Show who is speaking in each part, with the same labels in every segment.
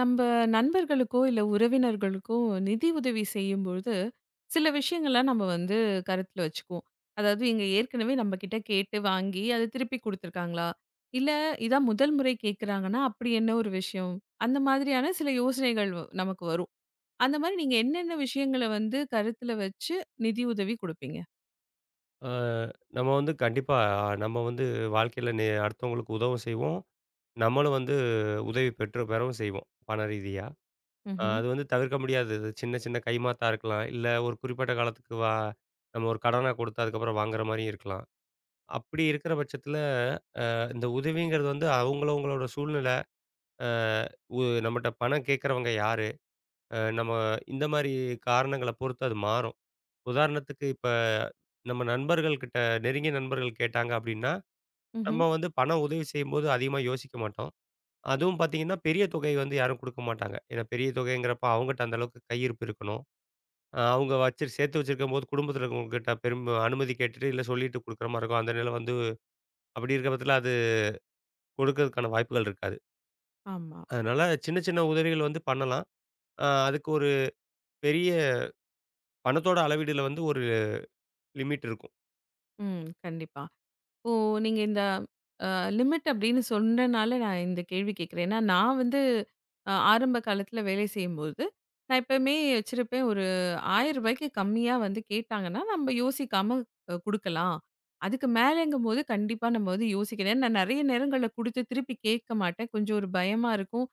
Speaker 1: நம்ப நண்பர்களுக்கோ, இல்ல உறவினர்களுக்கோ நிதி உதவி செய்யும்பொழுது, சில விஷயங்கள நம்ம வந்து கருத்துல வச்சுக்குவோம். அதாவது இங்க ஏற்கனவே நம்மகிட்ட கேட்டு வாங்கி, அத திருப்பி குடுத்துருக்காங்களா? இல்ல இதான் முதல் முறை கேட்குறாங்கன்னா, அப்படி என்ன ஒரு விஷயம்? அந்த மாதிரியான சில யோசனைகள் நமக்கு வரும். அந்த மாரி நீங்க என்னென்ன விஷயங்கள வந்து கருத்துல வச்சு நிதி உதவி குடுப்பீங்க?
Speaker 2: அ நம்ம வந்து கண்டிப்பா நம்ம வந்து வாழ்க்கையில அடுத்தவங்களுக்கு உதவும் செய்வோம். நம்மளும் வந்து உதவி பெறவும் செய்வோம், பண ரீதியா.
Speaker 1: ம்ஹ்ம்,
Speaker 2: அது வந்து தவிர்க்க முடியாதது. சின்ன சின்ன கைமாத்தா இருக்கலாம். இல்ல ஒரு குறிப்பிட்ட காலத்துக்கு நம்ம ஒரு கடனா கொடுத்து அதுக்கப்புறம் வாங்குற மாரியும் இருக்கலாம். அப்படி இருக்கிற பட்சத்தில இந்த உதவிங்கிறது வந்து அவங்கவங்களோட சூழ்நிலை, அ உ நம்மட்ட பணம் கேட்கறவங்க யாரு? நம்ம இந்த மாரி காரணங்கள பொறுத்து அது மாறும். உதாரணத்துக்கு இப்ப நம்ம நண்பர்கள் கிட்ட நெருங்கிய நண்பர்கள் கேட்டாங்க அப்படின்னா
Speaker 1: ம்ஹ்ம்.
Speaker 2: நம்ம வந்து பணம் உதவி செய்யும்போது அதிகமா யோசிக்க மாட்டோம். அதுவும் பார்த்தீங்கன்னா, பெரிய தொகை வந்து யாரும் குடுக்க மாட்டாங்க. ஏன்னா பெரிய தொகைங்கிறப்ப அவங்கட்ட அந்த அளவுக்கு கையிருப்பு இருக்கணும். அவங்க வச்சு சேர்த்து வச்சிருக்கும்போது குடும்பத்தில இருக்கவங்ககிட்ட பெரும் அனுமதி கேட்டுட்டு, இல்ல சொல்லிட்டு குடுக்குற மாரி இருக்கும். அந்த நிலை வந்து அப்படி இருக்கிற பட்சத்தில அது கொடுக்கறதுக்கான வாய்ப்புகள் இருக்காது.
Speaker 1: ஆமா.
Speaker 2: அதனால சின்ன சின்ன உதவிகள் வந்து பண்ணலாம். அதுக்கு ஒரு பெரிய பணத்தோட அளவீடுல வந்து ஒரு லிமிட் இருக்கும்.
Speaker 1: ம். கண்டிப்பா. ஓ! நீங்க இந்த அ லிமிட் அப்படின்னு சொன்னனால நான் இந்த கேள்வி கேட்கிறேன். ஏன்னா நான் வந்து ஆரம்ப காலத்துல வேலை செய்யும்போது, நான் எப்பவுமே வச்சிருப்பேன் ஒரு ரூ. 1000க்கு கம்மியா வந்து கேட்டாங்கன்னா, நம்ம யோசிக்காம குடுக்கலாம். அதுக்கு மேலங்கும்போது கண்டிப்பா நம்ம வந்து யோசிக்கணும். ஏன்னா நான் நெறைய நேரங்கள்ல குடுத்து திருப்பி கேட்க மாட்டேன். கொஞ்சம் ஒரு பயமா இருக்கும்.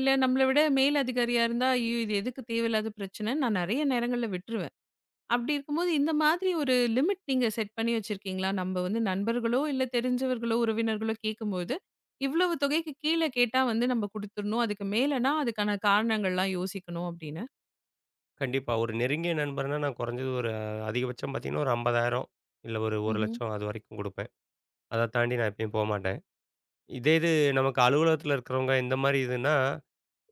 Speaker 1: இல்ல நம்மள விட மேல் அதிகாரியா இருந்தா, "ஐயோ! இது எதுக்கு தேவையில்லாத பிரச்சனை?" நான் நெறைய நேரங்கள்ல விட்டுருவேன். அப்படி இருக்கும்போது, இந்த மாதிரி ஒரு லிமிட் நீங்க செட் பண்ணி வச்சிருக்கீங்களா? நம்ம வந்து நண்பர்களோ, இல்ல தெரிஞ்சவர்களோ, உறவினர்களோ கேட்கும்போது, இவ்வளவு தொகைக்கு கீழ கேட்டா வந்து நம்ம குடுத்துறணும். அதுக்கு மேலனா அதுக்கான காரணங்கள்லாம் யோசிக்கணும் அப்படின்னு.
Speaker 2: கண்டிப்பா. ஒரு நெருங்கிய நண்பர்னா நான் குறைஞ்சது ஒரு அதிகபட்சம் பார்த்தீங்கன்னா, ஒரு 50,000 இல்ல ஒரு
Speaker 1: ம்ஹ்ம்.
Speaker 2: 1,00,000 அது வரைக்கும் குடுப்பேன். அத தாண்டி நான் எப்பயும் போமாட்டேன். இதே இது நமக்கு அலுவலகத்துல இருக்கிறவங்க இந்த மாரி இதுன்னா,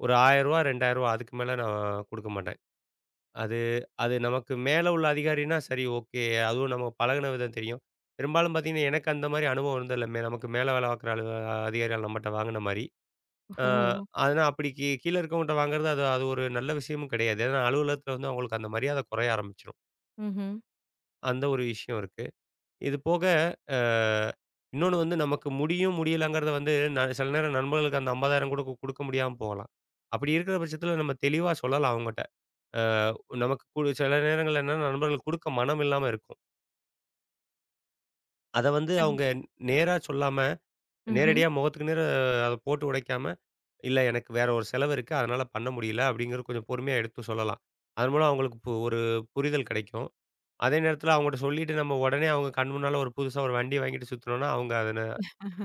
Speaker 2: ஒரு ரூ. 1000 ரூ. 2000 அதுக்கு மேல நான் குடுக்க மாட்டேன். அது அது நமக்கு மேல உள்ள அதிகாரின்னா சரி ஓகே. அதுவும் நம்ம பழகுன விதம் தெரியும். பெரும்பாலும் பார்த்தீங்கன்னா, எனக்கு அந்த மாரி அனுபவம் இருந்ததில்ல. நமக்கு மேல வேலை பார்க்குற அதிகாரிகள் நம்மட்ட வாங்குன மாரி. அ
Speaker 1: ஓ!
Speaker 2: ஆனா அப்படி கீழ இருக்கவங்கட்ட வாங்குறது அது அது ஒரு நல்ல விஷயமும் கிடையாது. ஏன்னா அலுவலகத்துல வந்து அவங்களுக்கு அந்த மரியாதை குறைய ஆரம்பிச்சுரும்.
Speaker 1: ம்ஹ்ம்.
Speaker 2: அந்த ஒரு விஷயம் இருக்கு. இது போக, அ இன்னொன்னு வந்து நமக்கு முடியும், முடியலங்கிறத வந்து சில நேரம் நண்பர்களுக்கு அந்த 50,000 கூட குடுக்க முடியாம போகலாம். அப்படி இருக்கிற பட்சத்தில நம்ம தெளிவா சொல்லலாம் அவங்கட்ட. அ நமக்கு சில நேரங்கள்ல என்னன்னா நண்பர்கள் குடுக்க மனம் இல்லாம இருக்கும். அத வந்து அவங்க
Speaker 1: கண்டிப்பா.
Speaker 2: நேரா சொல்லாம,
Speaker 1: ம்ஹ்ம்.
Speaker 2: நேரடியா முகத்துக்கு நேரா அத போட்டு உடைக்காம, "இல்ல எனக்கு வேற ஒரு செலவு இருக்கு. அதனால பண்ண முடியல." அப்படிங்கிறது கொஞ்சம் பொறுமையா எடுத்து சொல்லலாம். அதன் மூலம் அவங்களுக்கு ஒரு புரிதல் கிடைக்கும். அதே நேரத்தில அவங்கட்ட சொல்லிட்டு நம்ம உடனே அவங்க கண் முன்னால ஒரு புதுசா ஒரு வண்டி வாங்கிட்டு சுத்துனோம்னா, அவங்க அத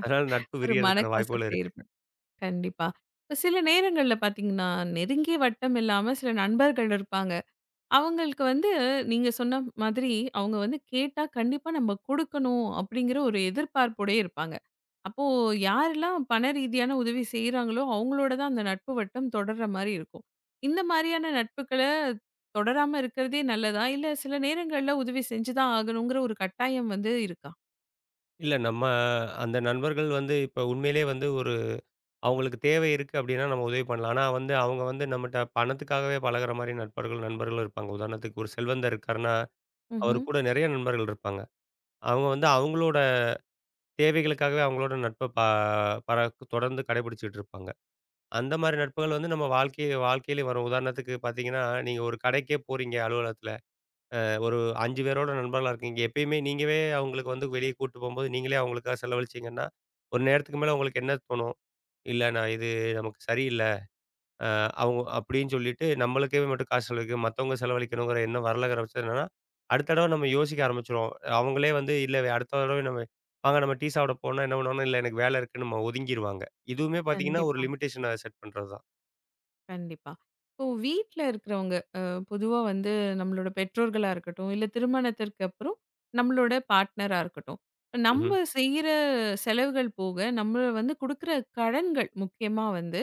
Speaker 2: அதனால நட்பு
Speaker 1: ஒரு
Speaker 2: விரியறதுக்கான வாய்ப்புகள்
Speaker 1: மனக்கசப்பு
Speaker 2: இருக்கு.
Speaker 1: ஏற்படும். கண்டிப்பா. இப்ப சில நேரங்கள்ல பார்த்தீங்கன்னா, நெருங்கிய வட்டம் இல்லாம சில நண்பர்கள் இருப்பாங்க. அவங்களுக்கு வந்து நீங்க சொன்ன மாதிரி அவங்க வந்து கேட்டா கண்டிப்பா நம்ம குடுக்கணும் அப்படிங்கிற ஒரு எதிர்பார்ப்போடயே இருப்பாங்க. அப்போ யாரெல்லாம் பண ரீதியான உதவி செய்றாங்களோ, அவங்களோட தான் அந்த நட்பு வட்டம் தொடர்ற மாரி இருக்கும். இந்த மாரியான நட்புகள தொடராம இருக்கிறதே நல்லதா? இல்ல சில நேரங்கள்ல உதவி செஞ்சு தான் ஆகணுங்கிற ஒரு கட்டாயம் வந்து இருக்கா?
Speaker 2: இல்ல நம்ம அந்த நண்பர்கள் வந்து இப்ப உண்மையிலேயே வந்து ஒரு அவங்களுக்கு தேவை இருக்கு அப்டின்னா நம்ம உதவி பண்ணலாம். ஆனா வந்து அவங்க வந்து நம்மட்ட பணத்துக்காகவே பழகுற மாரி நட்பர்கள், நண்பர்களும் இருப்பாங்க. உதாரணத்துக்கு ஒரு செல்வந்தர் இருக்காருன்னா, அவரு
Speaker 1: ம்ஹ்ம்.
Speaker 2: கூட நெறைய நண்பர்கள் இருப்பாங்க. அவங்க வந்து அவங்களோட தேவைகளுக்காகவே அவங்களோட நட்ப ப பர தொடர்ந்து கடைபிடிச்சுட்டு இருப்பாங்க. அந்த மாரி நட்புகள் வந்து நம்ம வாழ்க்கையிலயும் வரும். உதாரணத்துக்கு பார்த்தீங்கன்னா, நீங்க ஒரு கடைக்கே போறீங்க அலுவலகத்துல. அ ஒரு 5 பேரோட நண்பர்களா இருக்கீங்க. எப்பயுமே நீங்கவே அவங்களுக்கு வந்து வெளிய கூட்டு போம்போது, நீங்களே அவங்களுக்காக செலவழிச்சீங்கன்னா, ஒரு நேரத்துக்கு மேல உங்களுக்கு என்ன தோணும்? "இல்ல நான் இது நமக்கு சரியில்ல. அ அவங்க" அப்படின்னு சொல்லிட்டு நம்மளுக்கே மட்டும் காசு செலவழிக்க மத்தவங்க செலவழிக்கணுங்கிற எண்ணம் வரலங்கிற பட்சம் என்னன்னா, அடுத்த தடவ நம்ம யோசிக்க ஆரம்பிச்சுருவோம். அவங்களே வந்து இல்ல அடுத்த தடவை நம்ம வாங்க நம்ம டீ சாப்பிட போனா என்ன பண்ணுவாங்கன்னா, "இல்ல எனக்கு வேலை இருக்குன்னு" நம்ம ஒதுங்கிருவாங்க. இதுவுமே பார்த்தீங்கன்னா, ஒரு
Speaker 1: கண்டிப்பா.
Speaker 2: லிமிட்டேஷன செட் பண்றது தான்.
Speaker 1: கண்டிப்பா. இப்போ வீட்ல இருக்கிறவங்க, பொதுவா வந்து நம்மளோட பெற்றோர்களா இருக்கட்டும், இல்ல திருமணத்திற்கு அப்புறம் நம்மளோட பார்ட்னரா இருக்கட்டும். இப்ப
Speaker 2: ம்ஹ்ம்.
Speaker 1: நம்ம செய்ற செலவுகள் போக, நம்ம வந்து குடுக்குற கடன்கள் முக்கியமா வந்து,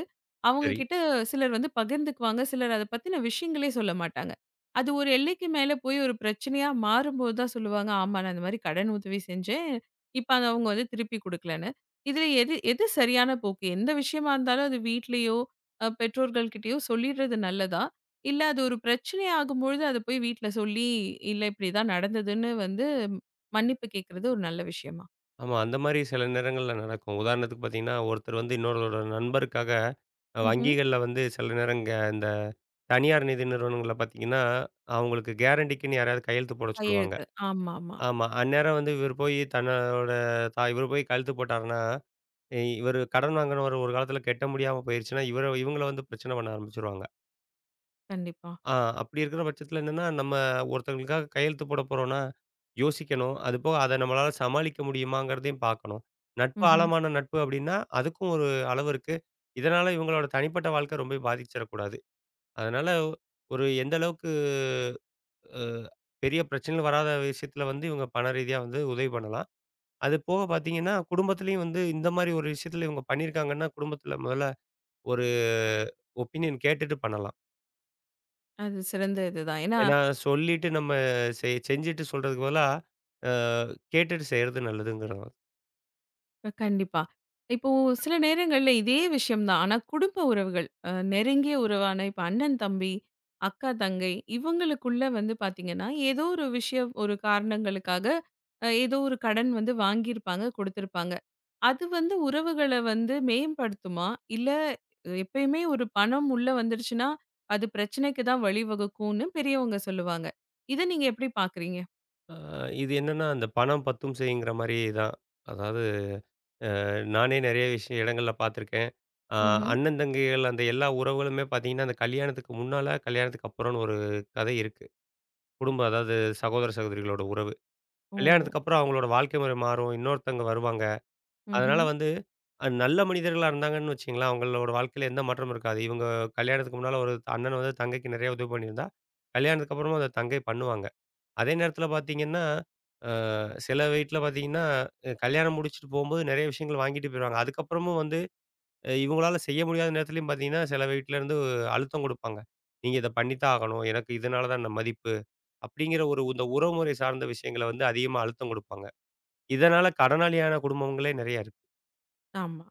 Speaker 1: அவங்க
Speaker 2: சரி.
Speaker 1: கிட்ட சிலர் வந்து பகிர்ந்துக்குவாங்க. சிலர் அத பத்தின விஷயங்களே சொல்ல மாட்டாங்க. அது ஒரு எல்லைக்கு மேல போய் ஒரு பிரச்சனையா மாறும்போது தான் சொல்லுவாங்க, ஆமா நான் இந்த மாரி கடன் உதவி செஞ்சேன். இப்ப அத அவங்க வந்து திருப்பி குடுக்கலன்னு. இதுல எது எது சரியான போக்கு? எந்த விஷயமா இருந்தாலும் அது வீட்லயோ, பெற்றோர்கள்கிட்டயோ சொல்லிடுறது நல்லதா? இல்ல அது ஒரு பிரச்சனை ஆகும்பொழுது அத போய் வீட்ல சொல்லி, இல்ல இப்படிதான் நடந்ததுன்னு வந்து மன்னிப்பு கேட்கறது ஒரு நல்ல விஷயமா?
Speaker 2: ஆமா. அந்த மாரி சில நேரங்கள்ல நடக்கும். உதாரணத்துக்கு பார்த்தீங்கன்னா, ஒருத்தர் வந்து இன்னொருவரோட நண்பருக்காக
Speaker 1: ம்ஹ்ம்.
Speaker 2: வங்கிகள்ல வந்து சில இந்த தனியார் நிதி நிறுவனங்கள்ல பார்த்தீங்கன்னா, அவங்களுக்கு கேரண்டிக்குன்னு யாரையாவது கையெழுத்து போட சொல்லுவாங்க.
Speaker 1: கையெழுத்து. ஆமாமா.
Speaker 2: ஆமா. அந்நேரம் வந்து இவர் போய் தன்னோட இவரு போய் கையெழுத்து போட்டாருன்னா, இவரு கடன் வாங்குனவரு ஒரு காலத்தில கட்ட முடியாம போயிருச்சுன்னா, இவங்கள வந்து பிரச்சனை பண்ண ஆரம்பிச்சுருவாங்க.
Speaker 1: கண்டிப்பா.
Speaker 2: ஆ அப்படி இருக்கிற பட்சத்தில என்னன்னா, நம்ம ஒருத்தவங்களுக்காக கையெழுத்து போட போறோம்னா, யோசிக்கணும். அதுபோக அத நம்மளால சமாளிக்க முடியுமாங்கிறதையும் பார்க்கணும்.
Speaker 1: ம்ஹ்ம்.
Speaker 2: ஆழமான நட்பு அப்படின்னா, அதுக்கும் ஒரு அளவு இருக்கு. இதனால இவங்களோட தனிப்பட்ட வாழ்க்கை ரொம்ப பாதிச்சிடக்கூடாது. அதனால எந்த அளவுக்கு அ பெரிய பிரச்சனைகள் வராத விஷயத்தில வந்து இவங்க பண ரீதியா வந்து உதவி பண்ணலாம். அது போக பார்த்தீங்கன்னா, குடும்பத்திலயும் வந்து இந்த மாரி ஒரு விஷயத்தில இவங்க பண்ணியிருக்காங்கன்னா, குடும்பத்தில முதல்ல ஒரு ஒப்பீனியன் கேட்டுட்டு பண்ணலாம்.
Speaker 1: அது சிறந்த இதுதான். ஏன்னா,
Speaker 2: ஏன்னா, சொல்லிட்டு நம்ம செஞ்சுட்டு சொல்றதுக்கு பதிலா, அ கேட்டுட்டு செய்றது நல்லதுங்கிறோம்.
Speaker 1: கண்டிப்பா. இப்போ சில நேரங்கள்ல இதே விஷயம் தான். ஆனா குடும்ப உறவுகள், நெருங்கிய உறவான இப்ப அண்ணன், தம்பி, அக்கா, தங்கை இவங்களுக்குள்ள வந்து பார்த்தீங்கன்னா, ஏதோ ஒரு விஷயம் ஒரு காரணங்களுக்காக ஏதோ ஒரு கடன் வந்து வாங்கியிருப்பாங்க, குடுத்திருப்பாங்க. அது வந்து உறவுகள வந்து மேம்படுத்துமா? இல்ல எப்பயுமே ஒரு பணம் உள்ள வந்துடுச்சுன்னா, அது பிரச்சனைக்கு தான் வழிவகுக்கும்னு பெரியவங்க சொல்லுவாங்க. இத நீங்க எப்படி பார்க்குறீங்க?
Speaker 2: அ இது என்னன்னா, அந்த "பணம் பத்தும் செய்யுங்கிற" மாரி தான். அதாவது நானே நெறைய இடங்கள்ல பார்த்துருக்கேன். அ
Speaker 1: ம்ஹ்ம்.
Speaker 2: அண்ணன், தங்கைகள் அந்த எல்லா உறவுகளுமே பார்த்தீங்கன்னா, அந்த கல்யாணத்துக்கு முன்னால, கல்யாணத்துக்கு அப்புறம்னு ஒரு கதை இருக்கு. குடும்பம் அதாவது சகோதர, சகோதரிகளோட உறவு.
Speaker 1: ஓ!
Speaker 2: கல்யாணத்துக்கு அப்புறம் அவங்களோட வாழ்க்கை முறை மாறும். இன்னொருத்தவங்க வருவாங்க. அதனால
Speaker 1: ம்ஹ்ம்.
Speaker 2: வந்து, நல்ல மனிதர்களா இருந்தாங்கன்னு வச்சுக்கங்களேன், அவங்களோட வாழ்க்கையில எந்த மாற்றமும் இருக்காது. இவங்க கல்யாணத்துக்கு முன்னால ஒரு அண்ணன் வந்து தங்கைக்கு நிறைய உதவி பண்ணியிருந்தா, கல்யாணத்துக்கு அப்புறமும் அத தங்கை பண்ணுவாங்க. அதே நேரத்தில பார்த்தீங்கன்னா, அ சில வீட்ல பார்த்தீங்கன்னா, கல்யாணம் முடிச்சுட்டு போம்போது நிறைய விஷயங்கள் வாங்கிட்டு போயிருவாங்க. அதுக்கப்புறமும் வந்து இவங்களால செய்ய முடியாத நேரத்திலயும் பார்த்தீங்கன்னா, சில வீட்லருந்து அழுத்தம் குடுப்பாங்க. "நீங்க இத பண்ணித்தான் ஆகணும். எனக்கு இதனால தான் இந்த மதிப்பு." அப்படிங்கிற ஒரு இந்த உறவுமுறை சார்ந்த விஷயங்கள வந்து அதிகமா அழுத்தம் குடுப்பாங்க. இதனால கடனாளியான குடும்பங்களே நிறைய இருக்கு.
Speaker 1: ஆமா.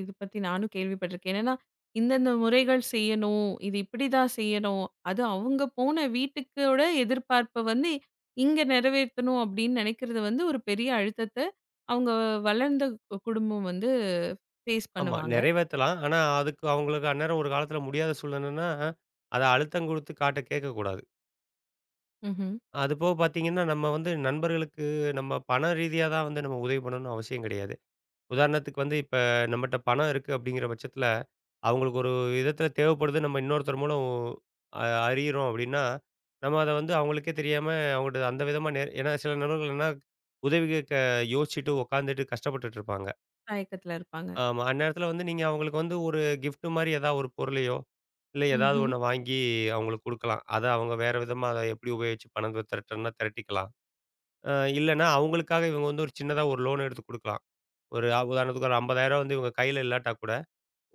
Speaker 1: இது பத்தி நானும் கேள்விப்பட்டிருக்கேன். என்னன்னா, இந்தந்த முறைகள் செய்யணும். இது இப்படிதான் செய்யணும். அது அவங்க போன வீட்டுக்கோட எதிர்பார்ப்ப வந்து இங்க நிறைவேத்தணும் அப்படின்னு நினைக்கிறது வந்து ஒரு பெரிய அழுத்தத்த அவங்க வளர்ந்த குடும்பம் வந்து ஃபேஸ்
Speaker 2: ஆமா.
Speaker 1: பண்ணுவாங்க.
Speaker 2: நிறைவேத்தலாம். ஆனா, அதுக்கு அவங்களுக்கு அந்நேரம் ஒரு காலத்தில முடியாத சூழ்நிலைன்னா, அத அழுத்தம் குடுத்து காட்ட கேட்கக்கூடாது.
Speaker 1: ம்ஹ்ம்.
Speaker 2: அதுபோக பார்த்தீங்கன்னா, நம்ம வந்து நண்பர்களுக்கு நம்ம பண ரீதியா தான் வந்து நம்ம உதவி பண்ணணும்னு அவசியம் கிடையாது. உதாரணத்துக்கு வந்து இப்ப நம்மட்ட பணம் இருக்கு அப்படிங்கிற பட்சத்தில, அவங்களுக்கு ஒரு விதத்தில தேவைப்படுது. நம்ம இன்னொருத்தர் மூலம் அ அறியிறோம் அப்படின்னா, நம்ம அத வந்து அவங்களுக்கே தெரியாம அவங்கள்ட்ட அந்த விதமா ஏன்னா சில நண்பர்கள் என்ன உதவி கேட்க யோசிச்சுட்டு உட்காந்துட்டு கஷ்டப்பட்டுட்டு இருப்பாங்க.
Speaker 1: தயக்கத்துல இருப்பாங்க.
Speaker 2: ஆமா. அந்நேரத்தில வந்து நீங்க அவங்களுக்கு வந்து ஒரு கிஃப்ட் மாரி ஏதாவது ஒரு பொருளையோ இல்ல ஏதாவது
Speaker 1: ம்ஹ்ம்,
Speaker 2: ஒண்ண வாங்கி அவங்களுக்கு குடுக்கலாம். அத அவங்க வேற விதமா அத எப்படி உபயோகிச்சு பணம் திரட்டணும்னா திரட்டிக்கலாம். அ இல்லன்னா அவங்களுக்காக இவங்க வந்து ஒரு சின்னதா ஒரு லோன் எடுத்து குடுக்கலாம். ஒரு அ உதாரணத்துக்கு ஒரு 50,000 வந்து இவங்க கையில இல்லாட்டா கூட,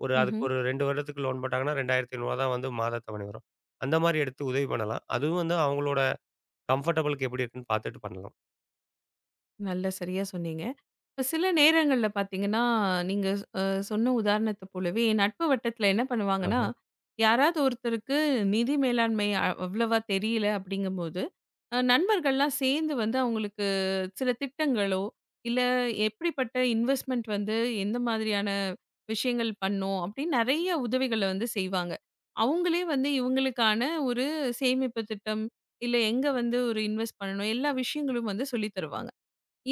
Speaker 2: அதுக்கு
Speaker 1: ம்ஹ்ம்.
Speaker 2: ஒரு 2 வருடத்துக்கு லோன் போட்டாங்கன்னா, ரூ. 2,500 தான் வந்து மாத தவணை வரும். அந்த மாரி எடுத்து உதவி பண்ணலாம். அதுவும் வந்து அவங்களோட கம்ஃபர்டபுளுக்கு எப்படி இருக்குன்னு பார்த்துட்டு பண்ணலாம்.
Speaker 1: நல்லா சரியா சொன்னீங்க. இப்ப சில நேரங்கள்ல பார்த்தீங்கன்னா, நீங்க அ சொன்ன உதாரணத்த போலவே என் நட்பு வட்டத்துல என்ன
Speaker 2: ஆஹ.
Speaker 1: பண்ணுவாங்கன்னா, யாராவது ஒருத்தருக்கு நிதி மேலாண்மை அவ்வளவா தெரியல அப்படிங்கும்போது, நண்பர்கள்லாம் சேர்ந்து வந்து அவங்களுக்கு சில திட்டங்களோ, இல்ல எப்படிப்பட்ட இன்வெஸ்ட்மென்ட் வந்து எந்த மாதிரியான விஷயங்கள் பண்ணும் அப்படின்னு நெறைய உதவிகள வந்து செய்வாங்க. அவங்களே வந்து இவங்களுக்கான ஒரு சேமிப்பு திட்டம், இல்ல எங்க வந்து ஒரு இன்வெஸ்ட் பண்ணணும் எல்லா விஷயங்களும் வந்து சொல்லி தருவாங்க.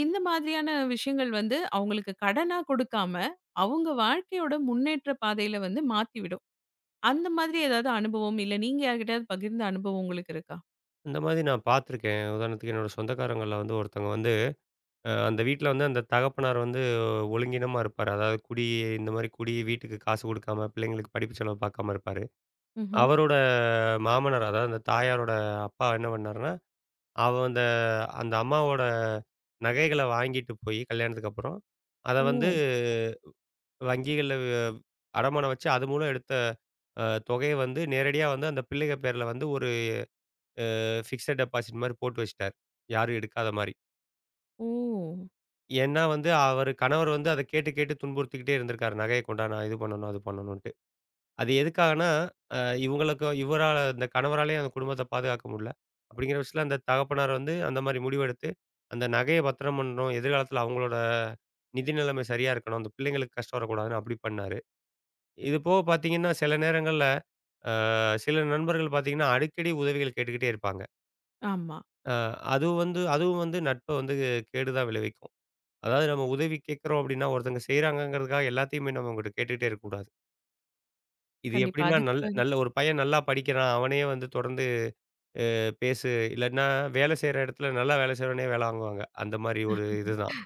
Speaker 1: இந்த மாதிரியான விஷயங்கள் வந்து அவங்களுக்கு கடனா கொடுக்காம, அவங்க வாழ்க்கையோட முன்னேற்ற பாதையில வந்து மாத்தி விடும். அந்த மாதிரி ஏதாவது அனுபவம், இல்ல நீங்க யார்கிட்டயாவது பகிர்ந்த அனுபவம் உங்களுக்கு இருக்கா?
Speaker 2: இந்த மாதிரி நான் பார்த்துருக்கேன். உதாரணத்துக்கு என்னோட சொந்தக்காரங்கள்ல வந்து ஒருத்தவங்க வந்து அந்த வீட்ல வந்து அந்த தகப்பனார் வந்து ஒழுங்கீனமா இருப்பாரு. அதாவது குடி இந்த மாரி குடி வீட்டுக்கு காசு குடுக்காம, பிள்ளைங்களுக்கு படிப்பு செலவு பார்க்காம இருப்பாரு.
Speaker 1: ம்ஹ்ம்.
Speaker 2: அவரோட மாமனார், அதாவது அந்த தாயாரோட அப்பா என்ன பண்ணாருன்னா, அந்த அந்த அம்மாவோட நகைகள வாங்கிட்டு போயி கல்யாணத்துக்கு அப்புறம், அத
Speaker 1: ஓ!
Speaker 2: வந்து வங்கிகள்ல வ அடமானம் வச்சு, அது மூலம் எடுத்த அ தொகைய வந்து நேரடியா வந்து அந்த பிள்ளைக பேர்ல வந்து ஒரு ஃபிக்ஸட் டெபாசிட் மாரி போட்டு வச்சுட்டாரு. யாரும் எடுக்காத மாரி.
Speaker 1: ஓ!
Speaker 2: ஏன்னா வந்து, அவரு கணவர் வந்து அத கேட்டு துன்புறுத்திக்கிட்டே இருந்திருக்காரு. நகைய கொண்டா நான் இது பண்ணணும், அது பண்ணணுன்ட்டு. அது எதுக்காகன்னா, அ இவுங்களுக்கு இந்த கணவராலயும் அந்த குடும்பத்த பாதுகாக்க முடியல. அப்படிங்கிற பட்சத்தில அந்த தகப்பனார் வந்து அந்த மாரி முடிவெடுத்து, அந்த நகைய பத்திரம் பண்ணணும். எதிர்காலத்தில அவங்களோட நிதி நிலைமை சரியா இருக்கணும். அந்த பிள்ளைங்களுக்கு கஷ்டம் வரக்கூடாதுன்னு அப்படி பண்ணாரு. இது போக பார்த்தீங்கன்னா, சில நேரங்கள்ல அ சில நண்பர்கள் பார்த்தீங்கன்னா, அடிக்கடி உதவிகள் கேட்டுக்கிட்டே இருப்பாங்க.
Speaker 1: ஆமா.
Speaker 2: அ அது வந்து அதுவும் வந்து நட்ப வந்து கேடு தான் விளைவிக்கும். அதாவது நம்ம உதவி கேட்குறோம் அப்படின்னா, ஒருத்தங்க செய்றாங்கங்கிறதுக்காக எல்லாத்தையுமே நம்ம அவங்ககிட்ட கேட்டுட்டே இருக்கக்கூடாது. இது
Speaker 1: கண்டிப்பா.
Speaker 2: எப்படின்னா, நல்ல
Speaker 1: அதுக்கு
Speaker 2: நல்ல ஒரு பையன் நல்லா படிக்கிறான். அவனே வந்து தொடர்ந்து பேசு இல்லன்னா வேலை செய்ற இடத்துல நல்லா வேலை செய்றவனே வேலை வாங்குவாங்க. அந்த மாரி ஒரு இதுதான்.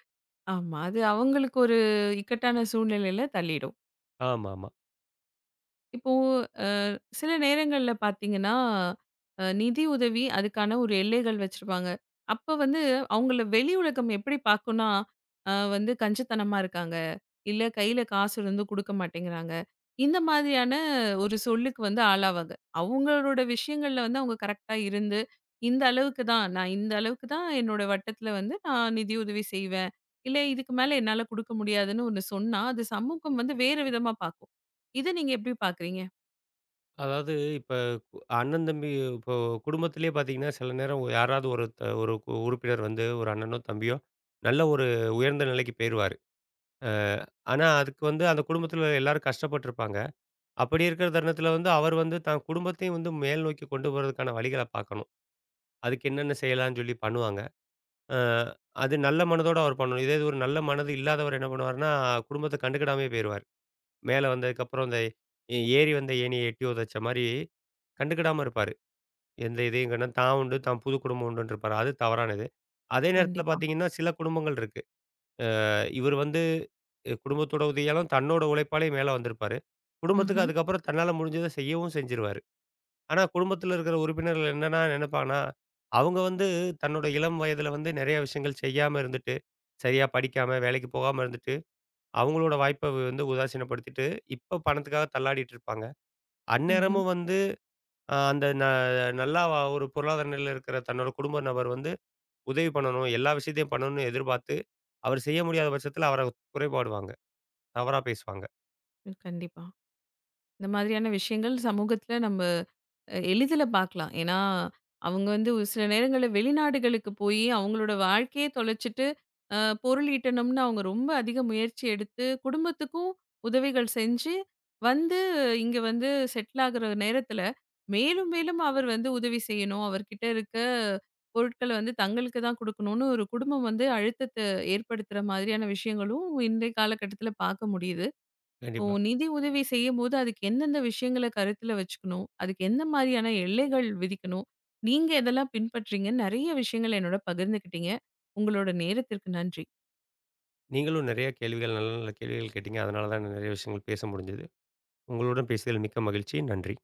Speaker 1: ஆமா. அது அவங்களுக்கு ஒரு இக்கட்டான சூழ்நிலையில தள்ளிடும்.
Speaker 2: ஆமாமா.
Speaker 1: இப்போ அ சில நேரங்கள்ல பார்த்தீங்கன்னா, நிதி உதவி அதுக்கான ஒரு எல்லைகள் வச்சிருப்பாங்க. அப்ப வந்து அவங்கள வெளி உலகம் எப்படி பார்க்கும்னா, வந்து கஞ்சத்தனமா இருக்காங்க, இல்ல கையில காசு இருந்தும் குடுக்க மாட்டேங்கிறாங்க. இந்த மாதிரியான ஒரு சொல்லுக்கு வந்து ஆளாவாங்க. அவங்களோட விஷயங்கள்ல வந்து அவங்க கரெக்ட்டா இருந்து, இந்த அளவுக்கு தான் நான் இந்த அளவுக்கு தான் என்னோட வட்டத்துல வந்து நான் நிதியுதவி செய்வேன். இல்ல இதுக்கு மேல என்னால குடுக்க முடியாதுன்னு ஒண்ணு சொன்னா, அது சமூகம் வந்து வேற விதமா பார்க்கும். இத நீங்க எப்படி பார்க்குறீங்க?
Speaker 2: அதாவது இப்ப அண்ணன், தம்பி இப்போ குடும்பத்திலேயே பார்த்தீங்கன்னா, சில நேரம் யாராவது ஒரு உறுப்பினர் வந்து ஒரு அண்ணனோ, தம்பியோ நல்ல ஒரு உயர்ந்த நிலைக்கு போயிருவாரு. அ ஆனா அதுக்கு வந்து அந்த குடும்பத்தில எல்லாரும் கஷ்டப்பட்டுருப்பாங்க. அப்படி இருக்கிற தருணத்தில வந்து, அவர் வந்து தான் குடும்பத்தையும் வந்து மேல் நோக்கி கொண்டு போறதுக்கான வழிகள பார்க்கணும். அதுக்கு என்னென்ன செய்யலான்னு சொல்லி பண்ணுவாங்க. அ அது நல்ல மனதோட அவர் பண்ணணும். இதே இது ஒரு நல்ல மனது இல்லாதவர் என்ன பண்ணுவாருன்னா, குடும்பத்த கண்டுக்கிடாமயே போயிருவாரு. மேல வந்ததுக்கப்புறம் இந்த ஏறி வந்த ஏணிய எட்டி உதைச்ச மாரி கண்டுக்கிடாம இருப்பாரு. எந்த இதையும் கண்ண தான் உண்டு, தான் புது குடும்பம் உண்டுன்னு இருப்பாரு. அது தவறானது. அதே நேரத்தில
Speaker 1: கண்டிப்பா.
Speaker 2: பார்த்தீங்கன்னா, சில குடும்பங்கள் இருக்கு. இவர் வந்து குடும்பத்தோட உதவியாலும், தன்னோட உழைப்பாலயும் மேல வந்திருப்பாரு. குடும்பத்துக்கு
Speaker 1: ம்ஹ்ம்.
Speaker 2: அதுக்கப்புறம் தன்னால முடிஞ்சத செய்யவும் செஞ்சுருவாரு. ஆனா, குடும்பத்தில இருக்கிற உறுப்பினர்கள் என்னன்னா நினைப்பாங்கன்னா, அவங்க வந்து தன்னோட இளம் வயதில வந்து நிறைய விஷயங்கள் செய்யாம இருந்துட்டு, சரியா படிக்காம, வேலைக்கு போகாம இருந்துட்டு, அவங்களோட வாய்ப்ப வந்து உதாசீனப்படுத்திட்டு, இப்ப பணத்துக்காக தள்ளாடிட்டு இருப்பாங்க.
Speaker 1: ம்ஹ்ம்.
Speaker 2: அந்நேரமும் வந்து அ அந்த ந நல்லா ஒரு பொருளாதார நிலையில இருக்கிற தன்னோட குடும்ப நபர் வந்து உதவி பண்ணணும், எல்லா விஷயத்தையும் பண்ணணும்னு எதிர்பார்த்து, அவர் செய்ய முடியாத பட்சத்தில அவர குறைபாடுவாங்க. தவறா பேசுவாங்க.
Speaker 1: கண்டிப்பா. இந்த மாதிரியான விஷயங்கள் சமூகத்துல நம்ம எளிதில பார்க்கலாம். ஏன்னா, அவங்க வந்து ஒரு சில நேரங்கள்ல வெளிநாடுகளுக்கு போயி அவங்களோட வாழ்க்கையே தொலைச்சுட்டு, அ பொருள் ஈட்டணும்னு அவங்க ரொம்ப அதிக முயற்சி எடுத்து, குடும்பத்துக்கும் உதவிகள் செஞ்சு, வந்து இங்க வந்து செட்டில் ஆகுற நேரத்தில, மேலும் மேலும் அவர் வந்து உதவி செய்யணும். அவர்கிட்ட இருக்க பொருட்கள வந்து தங்களுக்கு தான் குடுக்கணும்னு ஒரு குடும்பம் வந்து அழுத்தத்த ஏற்படுத்துற மாதிரியான விஷயங்களும் இன்றைய காலகட்டத்தில பார்க்க முடியுது. ஓ!
Speaker 2: கண்டிப்பா.
Speaker 1: நிதி உதவி செய்யும்போது, அதுக்கு எந்தெந்த விஷயங்கள கருத்துல வச்சுக்கணும்? அதுக்கு எந்த மாரியான எல்லைகள் விதிக்கணும்? நீங்க எதெல்லாம் பின்பற்றீங்கன்னு நெறைய விஷயங்கள என்னோட பகிர்ந்துக்கிட்டீங்க. உங்களோட நேரத்திற்கு நன்றி.
Speaker 2: நீங்களும் நிறைய கேள்விகள் நல்ல நல்ல கேள்விகள் கேட்டீங்க. அதனால தான் நிறைய விஷயங்கள் பேச முடிஞ்சது. உங்களுடன் பேசியதில் மிக்க மகிழ்ச்சி. நன்றி.